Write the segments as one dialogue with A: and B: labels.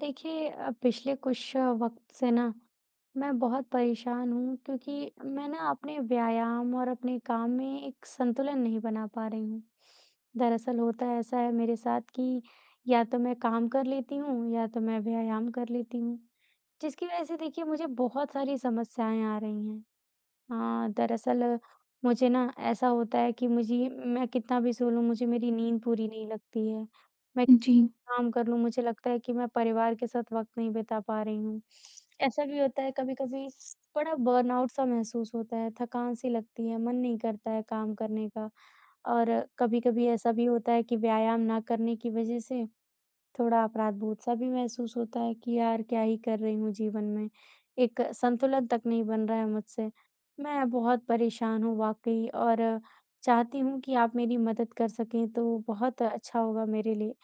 A: देखिए पिछले कुछ वक्त से ना मैं बहुत परेशान हूँ क्योंकि मैं ना अपने व्यायाम और अपने काम में एक संतुलन नहीं बना पा रही हूँ। दरअसल होता ऐसा है मेरे साथ कि या तो मैं काम कर लेती हूँ या तो मैं व्यायाम कर लेती हूँ, जिसकी वजह से देखिए मुझे बहुत सारी समस्याएँ आ रही हैं। हाँ, दरअसल मुझे ना ऐसा होता है कि मुझे मैं कितना भी सो लूँ, मुझे मेरी नींद पूरी नहीं लगती है। मैं
B: जी,
A: काम कर लूँ, मुझे लगता है कि मैं परिवार के साथ वक़्त नहीं बिता पा रही हूँ। ऐसा भी होता है कभी-कभी बड़ा बर्नआउट सा महसूस होता है, थकान सी लगती है, मन नहीं करता है काम करने का। और कभी-कभी ऐसा भी होता है कि व्यायाम ना करने की वज़ह से थोड़ा अपराध-बोध-सा भी महसूस होता है कि यार क्या ही कर रही हूँ जीवन में। एक संतुलन तक नहीं बन रहा है मुझसे। मैं बहुत परेशान हूँ वाक़ई, और चाहती हूँ कि आप मेरी मदद कर सकें तो बहुत अच्छा होगा मेरे लिए।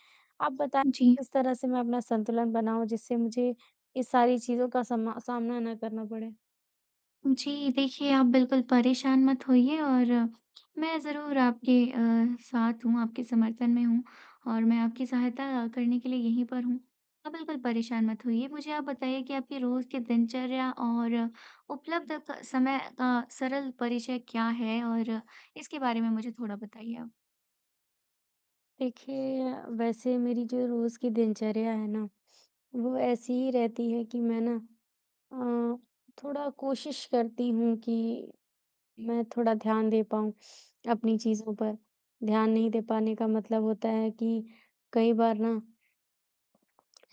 A: आप बताएँ,
B: जी।
A: किस तरह से मैं अपना संतुलन बनाऊँ जिससे मुझे इस सारी चीज़ों का समा सामना ना करना पड़े?
B: जी, देखिए आप बिल्कुल परेशान मत होइए और मैं ज़रूर आपके साथ हूँ, आपके समर्थन में हूँ और मैं आपकी सहायता करने के लिए यहीं पर हूँ। आप बिल्कुल परेशान मत होइए। मुझे आप बताइए कि आपकी रोज़ की दिनचर्या और उपलब्ध क समय का सरल परिचय क्या है? और इसके बारे में मुझे थोड़ा बताइए आप?
A: देखिए, वैसे मेरी जो रोज़ की दिनचर्या है ना, वो ऐसी ही रहती है कि मैं ना अ, थोड़ा कोशिश करती हूँ कि मैं थोड़ा ध्यान दे पाऊँ अपनी चीज़ों पर। ध्यान नहीं दे पाने का मतलब होता है कि कई बार ना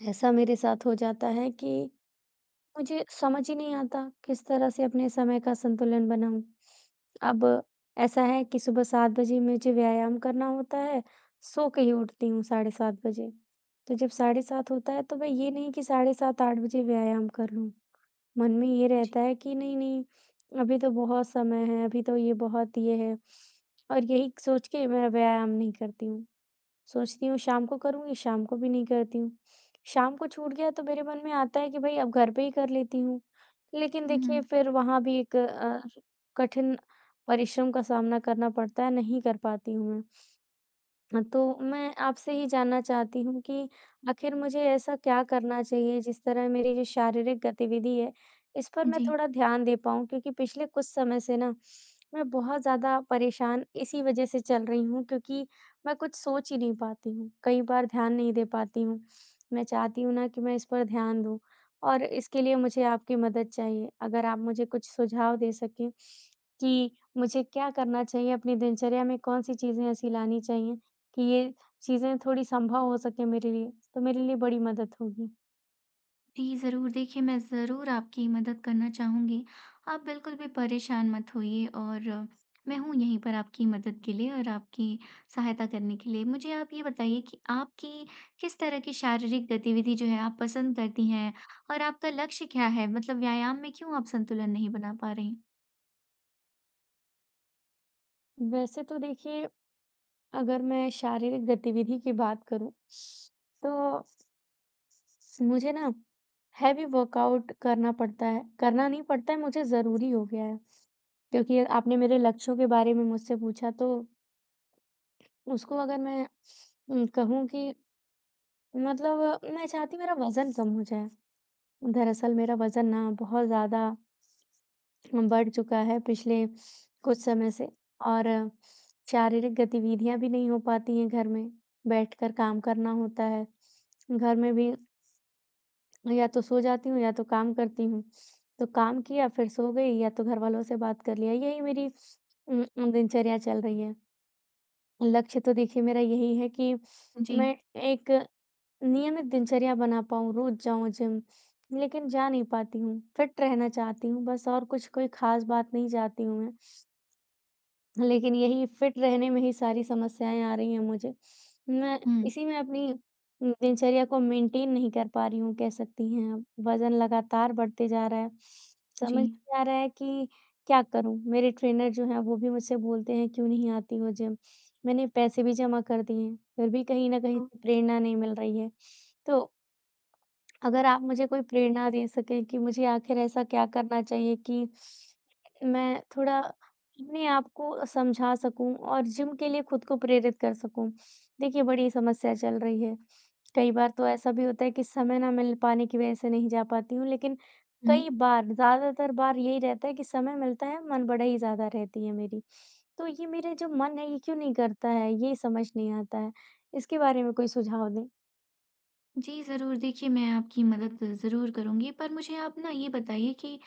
A: ऐसा मेरे साथ हो जाता है कि मुझे समझ ही नहीं आता किस तरह से अपने समय का संतुलन बनाऊँ। अब ऐसा है कि सुबह 7 बजे मुझे व्यायाम करना होता है, सो के ही उठती हूँ साढ़े 7 बजे। तो जब साढ़े 7 होता है तो मैं ये नहीं कि साढ़े 7-8 बजे व्यायाम कर लूँ। मन में ये रहता है कि नहीं, नहीं, अभी तो बहुत समय है, अभी तो ये बहुत ये है, और यही सोच के मैं व्यायाम नहीं करती हूँ। सोचती हूँ शाम को करूँगी, शाम को भी नहीं करती हूँ। शाम को छूट गया तो मेरे मन में आता है कि भई अब घर पे ही कर लेती हूँ। लेकिन देखिए
B: हुँ,
A: फिर वहाँ भी एक कठिन परिश्रम का सामना करना पड़ता है, नहीं कर पाती हूँ मैं। हाँ, तो मैं आपसे ये जानना चाहती हूँ कि आखिर मुझे ऐसा क्या करना चाहिए जिस तरह मेरी जो शारीरिक गतिविधि है, इस पर
B: हुँ।
A: मैं
B: जी।
A: थोड़ा ध्यान दे पाऊँ? क्योंकि पिछले कुछ समय से ना मैं बहुत ज़्यादा परेशान इसी वज़ह से चल रही हूँ, क्योंकि मैं कुछ सोच ही नहीं पाती हूँ, कई बार ध्यान नहीं दे पाती हूँ। मैं चाहती हूँ ना कि मैं इस पर ध्यान दूँ, और इसके लिए मुझे आपकी मदद चाहिए। अगर आप मुझे कुछ सुझाव दे सकें कि मुझे क्या करना चाहिए, अपनी दिनचर्या में कौन-सी चीज़ें ऐसी लानी चाहिए कि ये चीज़ें थोड़ी संभव हो सके मेरे लिए, तो मेरे लिए बड़ी मदद होगी।
B: जी, ज़रूर। देखिए, मैं ज़रूर आपकी मदद करना चाहूँगी। आप बिल्कुल भी परेशान मत होइए और मैं हूँ यहीं पर आपकी मदद के लिए और आपकी सहायता करने के लिए। मुझे आप ये बताइए कि आपकी किस तरह की शारीरिक गतिविधि जो है आप पसंद करती हैं? और आपका लक्ष्य क्या है? मतलब व्यायाम में क्यों आप संतुलन नहीं बना पा रहीं?
A: वैसे तो देखिए, अगर मैं शारीरिक गतिविधि की बात करूँ, तो मुझे ना हेवी वर्कआउट करना पड़ता है। करना नहीं पड़ता है, मुझे ज़रूरी हो गया है। क्योंकि आपने मेरे लक्ष्यों के बारे में मुझसे पूछा, तो उसको अगर मैं कहूँ कि मतलब मैं चाहती हूँ मेरा वज़न कम हो जाए। दरअसल मेरा वज़न ना बहुत ज़्यादा बढ़ चुका है पिछले कुछ समय से, और शारीरिक गतिविधियां भी नहीं हो पाती हैं। घर में बैठकर काम करना होता है, घर में भी या तो सो जाती हूँ या तो काम करती हूँ। तो काम किया, फिर सो गई, या तो घर वालों से बात कर लिया, यही मेरी अम, अम, दिनचर्या चल रही है। लक्ष्य तो देखिए मेरा यही है कि
B: जी।
A: मैं एक नियमित दिनचर्या बना पाऊँ, रोज जाऊं जिम, लेकिन जा नहीं पाती हूँ। फिट रहना चाहती हूँ बस, और कुछ कोई खास बात नहीं चाहती हूँ मैं, लेकिन यही फिट रहने में ही सारी समस्याएँ आ रही हैं मुझे। मैं
B: हुँ,
A: इसी में अपनी दिनचर्या को मेंटेन नहीं कर पा रही हूँ, कह सकती हैं आप। वज़न लगातार बढ़ते जा रहा है। समझ
B: जी।
A: नहीं आ रहा है कि क्या करूँ? मेरे ट्रेनर जो हैं वो भी मुझसे बोलते हैं, क्यों नहीं आती हो जिम? मैंने पैसे भी जमा कर दिए हैं, फिर भी कहीं न कहीं
B: तो
A: से प्रेरणा नहीं मिल रही है। तो अगर आप मुझे कोई प्रेरणा दे सकें कि मुझे आखिर ऐसा क्या करना चाहिए कि मैं थोड़ा अपने आप को समझा सकूँ और जिम के लिए खुद को प्रेरित कर सकूँ। देखिए, बड़ी समस्या चल रही है। कई बार तो ऐसा भी होता है कि समय ना मिल पाने की वज़ह से नहीं जा पाती हूँ, लेकिन
B: हुँ।
A: कई बार, ज़्यादातर बार यही रहता है कि समय मिलता है, मनबड़ाई ज़्यादा रहती है मेरी। तो ये मेरा जो मन है, ये क्यों नहीं करता है, ये समझ नहीं आता है। इसके बारे में कोई सुझाव दें?
B: जी, ज़रूर। देखिए, मैं आपकी मदद ज़रूर करूँगी, पर मुझे आप ना ये बताइए कि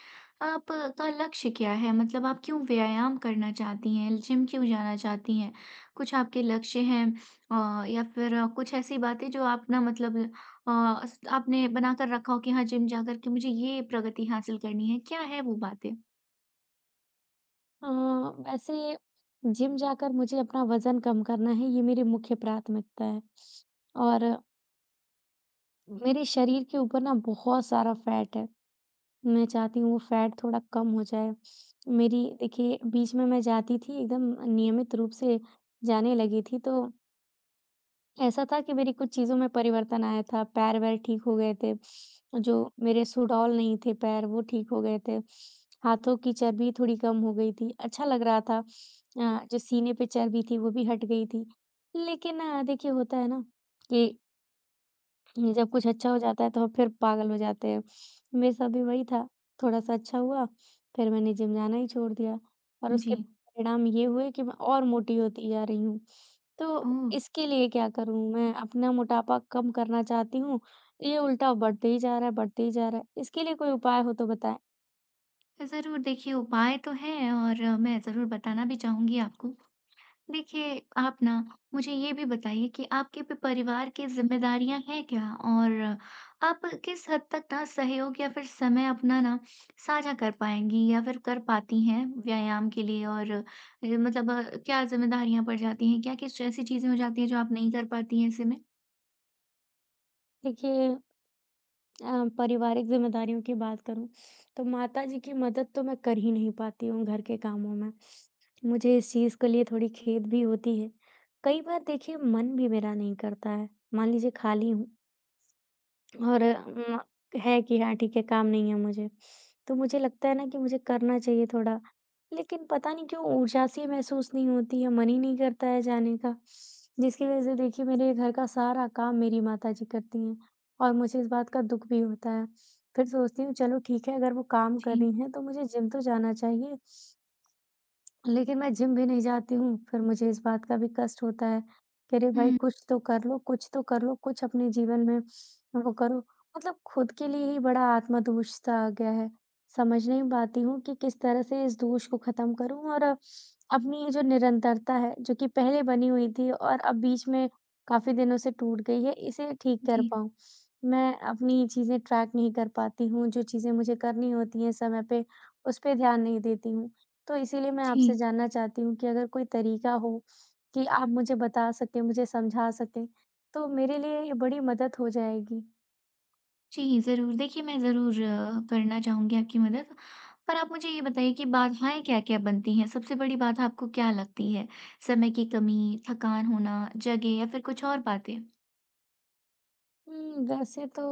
B: आपका लक्ष्य क्या है? मतलब आप क्यों व्यायाम करना चाहती हैं? जिम क्यों जाना चाहती हैं? कुछ आपके लक्ष्य हैं या फिर कुछ ऐसी बातें जो आप ना मतलब अ, अस आपने बनाकर रखा हो कि हाँ, जिम जाकर के मुझे ये प्रगति हासिल करनी है, क्या है वो बातें?
A: अ, वैसे जिम जाकर मुझे अपना वज़न कम करना है, ये मेरी मुख्य प्राथमिकता है। और मेरे शरीर के ऊपर ना बहुत सारा फैट है। मैं चाहती हूँ वो फैट थोड़ा कम हो जाए। मेरी देखिए बीच में मैं जाती थी, एकदम नियमित रूप से जाने लगी थी, तो ऐसा था कि मेरी कुछ चीज़ों में परिवर्तन आया था, पैर-वैर ठीक हो गए थे, जो मेरे सुडौल नहीं थे पैर, वो ठीक हो गए थे, हाथों की चर्बी थोड़ी कम हो गई थी, अच्छा लग रहा था। जो सीने पे चर्बी थी, वो भी हट गई थी। लेकिन देखिए, होता है ना कि ये जब कुछ अच्छा हो जाता है तो हम फिर पागल हो जाते हैं। मेरे साथ भी वही था, थोड़ा-सा अच्छा हुआ, फिर मैंने जिम जाना ही छोड़ दिया, और
B: जी।
A: उसके परिणाम ये हुए कि मैं और मोटी होती जा रही हूँ। तो
B: ओह!
A: इसके लिए क्या करूँ मैं? अपना मोटापा कम करना चाहती हूँ, ये उल्टा बढ़ते ही जा रहा है, बढ़ते ही जा रहा है। इसके लिए कोई उपाय हो तो बताएँ?
B: ज़रूर, देखिए उपाय तो हैं और मैं ज़रूर बताना भी चाहूँगी आपको। देखिए, आप ना मुझे ये भी बताइए कि आपके पे परिवार की ज़िम्मेदारियाँ हैं क्या? और आप किस हद तक ना सहयोग या फिर समय अपना ना साझा कर पाएँगी या फिर कर पाती हैं व्यायाम के लिए? और मतलब क्या ज़िम्मेदारियाँ पड़ जाती हैं? क्या किस ऐसी चीज़ें हो जाती हैं जो आप नहीं कर पाती हैं ऐसे में?
A: देखिए पारिवारिक ज़िम्मेदारियों की बात करूँ, तो माताजी की मदद तो मैं कर ही नहीं पाती हूँ घर के कामों में। मुझे इस चीज़ के लिए थोड़ी खेद भी होती है। कई बार देखिए मन भी मेरा नहीं करता है। मान लीजिए खाली हूँ, और म है कि हाँ ठीक है, काम नहीं है मुझे। तो मुझे लगता है ना कि मुझे करना चाहिए थोड़ा, लेकिन पता नहीं क्यों ऊर्जा सी महसूस नहीं होती है, मन ही नहीं करता है जाने का। जिसकी वज़ह से देखिए मेरे घर का सारा काम मेरी माताजी करती हैं, और मुझे इस बात का दुःख भी होता है। फिर सोचती हूँ चलो ठीक है, अगर वो काम कर
B: जी।
A: रही हैं तो मुझे जिम तो जाना चाहिए। लेकिन मैं जिम भी नहीं जाती हूँ, फिर मुझे इस बात का भी कष्ट होता है कि अरे भाई
B: हुँ,
A: कुछ तो कर लो, कुछ तो कर लो, कुछ अपने जीवन में वो करो। मतलब खुद के लिए ही बड़ा आत्मदोष सा आ गया है। समझ नहीं पाती हूँ कि किस तरह से इस दोष को खत्म करूँ, और अपनी ये जो निरंतरता है, जो कि पहले बनी हुई थी और अब बीच में काफ़ी दिनों से टूट गई है, इसे ठीक कर
B: जी,
A: पाऊँ। मैं अपनी चीज़ें ट्रैक नहीं कर पाती हूँ, जो चीज़ें मुझे करनी होती हैं समय पे, उस पे ध्यान नहीं देती हूँ। तो इसीलिए मैं
B: जी।
A: आपसे जानना चाहती हूँ कि अगर कोई तरीका हो कि आप मुझे बता सकें, मुझे समझा सकें, तो मेरे लिए ये बड़ी मदद हो जाएगी।
B: जी, ज़रूर। देखिए, मैं ज़रूर करना चाहूँगी आपकी मदद। पर आप मुझे ये बताइए कि बाधाएँ क्या-क्या बनती हैं? सबसे बड़ी बाधा आपको क्या लगती है? समय की कमी, थकान होना, जगह या फिर कुछ और बातें?
A: वैसे तो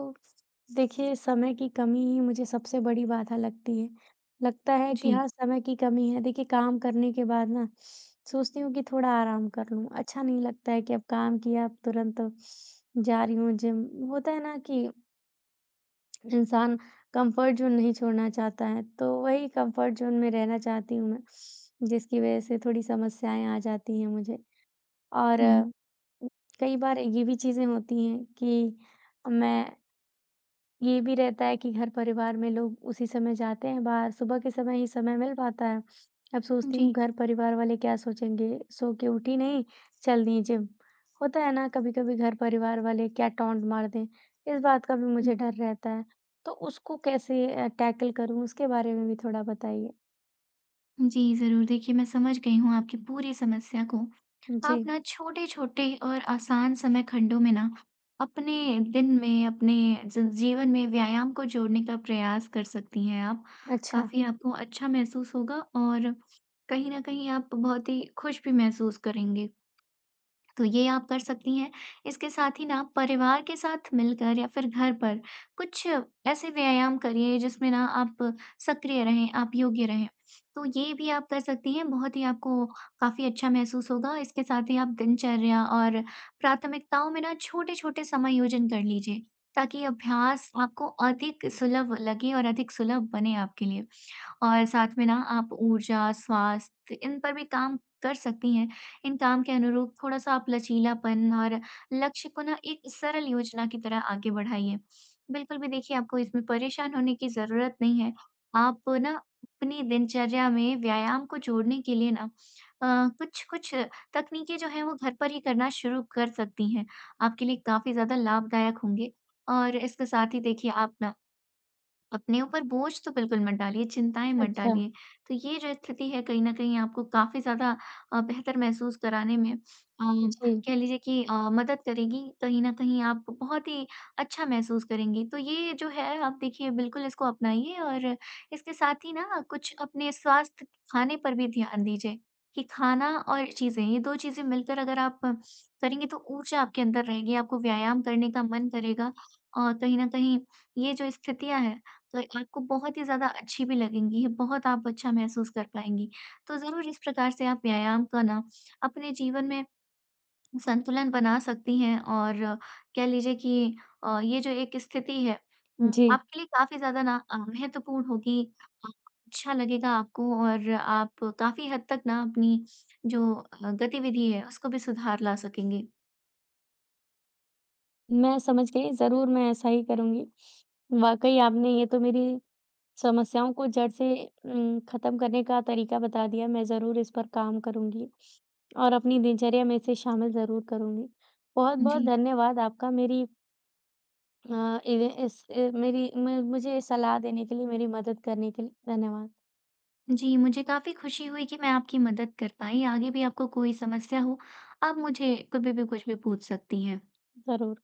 A: देखिए समय की कमी ही मुझे सबसे बड़ी बाधा लगती है। लगता है कि
B: जी।
A: हाँ, समय की कमी है। देखिए काम करने के बाद ना सोचती हूँ कि थोड़ा आराम कर लूँ। अच्छा नहीं लगता है कि अब काम किया, अब तुरंत जा रही हूँ जिम। होता है ना कि इंसान कंफर्ट ज़ोन नहीं छोड़ना चाहता है, तो वही कंफर्ट ज़ोन में रहना चाहती हूँ मैं, जिसकी वजह से थोड़ी समस्याएँ आ जाती हैं मुझे। और
B: हुँ,
A: कई बार ये भी चीज़ें होती हैं कि मैं, ये भी रहता है कि घर परिवार में लोग उसी समय जाते हैं बाहर, सुबह के समय ही समय मिल पाता है। अब सोचती
B: जी।
A: हूँ घर परिवार वाले क्या सोचेंगे, सो के उठी नहीं, चल दी जिम। होता है ना कभी-कभी घर परिवार वाले क्या टॉन्ट मार दें, इस बात का भी मुझे डर रहता है। तो उसको कैसे टैकल करूँ, उसके बारे में भी थोड़ा बताइए?
B: जी, ज़रूर। देखिए, मैं समझ गई हूँ आपकी पूरी समस्या को। आप
A: जी,
B: ना छोटे-छोटे और आसान समय खंडों में ना अपने दिन में, अपने ज जीवन में व्यायाम को जोड़ने का प्रयास कर सकती हैं आप।
A: अच्छा,
B: काफ़ी आपको अच्छा महसूस होगा और कहीं न कहीं आप बहुत ही खुश भी महसूस करेंगे। तो ये आप कर सकती हैं। इसके साथ ही ना परिवार के साथ मिलकर या फिर घर पर कुछ ऐसे व्यायाम करिए जिसमें ना आप सक्रिय रहें, आप योग्य रहें। तो ये भी आप कर सकती हैं, बहुत ही आपको काफ़ी अच्छा महसूस होगा। इसके साथ ही आप दिनचर्या और प्राथमिकताओं में ना छोटे-छोटे समायोजन कर लीजिए, ताकि अभ्यास आपको अधिक सुलभ लगे और अधिक सुलभ बने आपके लिए। और साथ में ना आप ऊर्जा, स्वास्थ्य इन पर भी काम कर सकती हैं। इन काम के अनुरूप थोड़ा-सा आप लचीलापन और लक्ष्य को ना एक सरल योजना की तरह आगे बढ़ाइए। बिल्कुल भी देखिए आपको इसमें परेशान होने की ज़रूरत नहीं है। आप ना अपनी दिनचर्या में व्यायाम को जोड़ने के लिए ना कुछ-कुछ तकनीकें जो हैं वो घर पर ही करना शुरू कर सकती हैं। आपके लिए काफ़ी ज़्यादा लाभदायक होंगे और इसके साथ ही देखिए आप ना अपने ऊपर बोझ तो बिल्कुल मत डालिए, चिंताएँ मत
A: अच्छा।
B: डालिए। तो ये जो स्थिति है कहीं न कहीं आपको काफ़ी ज़्यादा बेहतर महसूस कराने में
A: जी,
B: कह लीजिए कि मदद करेगी। कहीं न कहीं आप बहुत ही अच्छा महसूस करेंगे। तो ये जो है आप देखिए बिल्कुल इसको अपनाइए और इसके साथ ही ना कुछ अपने स्वास्थ्य, खाने पर भी ध्यान दीजिए कि खाना और चीज़ें ये 2 चीज़ें मिलकर अगर आप करेंगे तो ऊर्जा आपके अंदर रहेगी, आपको व्यायाम करने का मन करेगा और कहीं न कहीं ये जो स्थितियाँ हैं तो आपको बहुत ही ज़्यादा अच्छी भी लगेंगी, बहुत आप अच्छा महसूस कर पाएँगी। तो ज़रूर इस प्रकार से आप व्यायाम का ना अपने जीवन में संतुलन बना सकती हैं और कह लीजिए कि ये जो एक स्थिति है
A: जी।
B: आपके लिए काफ़ी ज़्यादा ना महत्वपूर्ण होगी। अ, अच्छा लगेगा आपको और आप काफ़ी हद तक ना अपनी जो गतिविधि है उसको भी सुधार ला सकेंगे।
A: मैं समझ गई, ज़रूर मैं ऐसा ही करूँगी। वाक़ई आपने ये तो मेरी समस्याओं को जड़ से खत्म करने का तरीका बता दिया, मैं ज़रूर इस पर काम करूँगी और अपनी दिनचर्या में इसे शामिल ज़रूर करूँगी। बहुत-बहुत
B: जी।
A: धन्यवाद आपका, मेरी अ, इवे इस अ, मेरी म मुझे सलाह देने के लिए, मेरी मदद करने के लिए धन्यवाद।
B: जी, मुझे काफ़ी खुशी हुई कि मैं आपकी मदद कर पाई। आगे भी आपको कोई समस्या हो, आप मुझे कभी भी कुछ भी पूछ सकती हैं।
A: ज़रूर।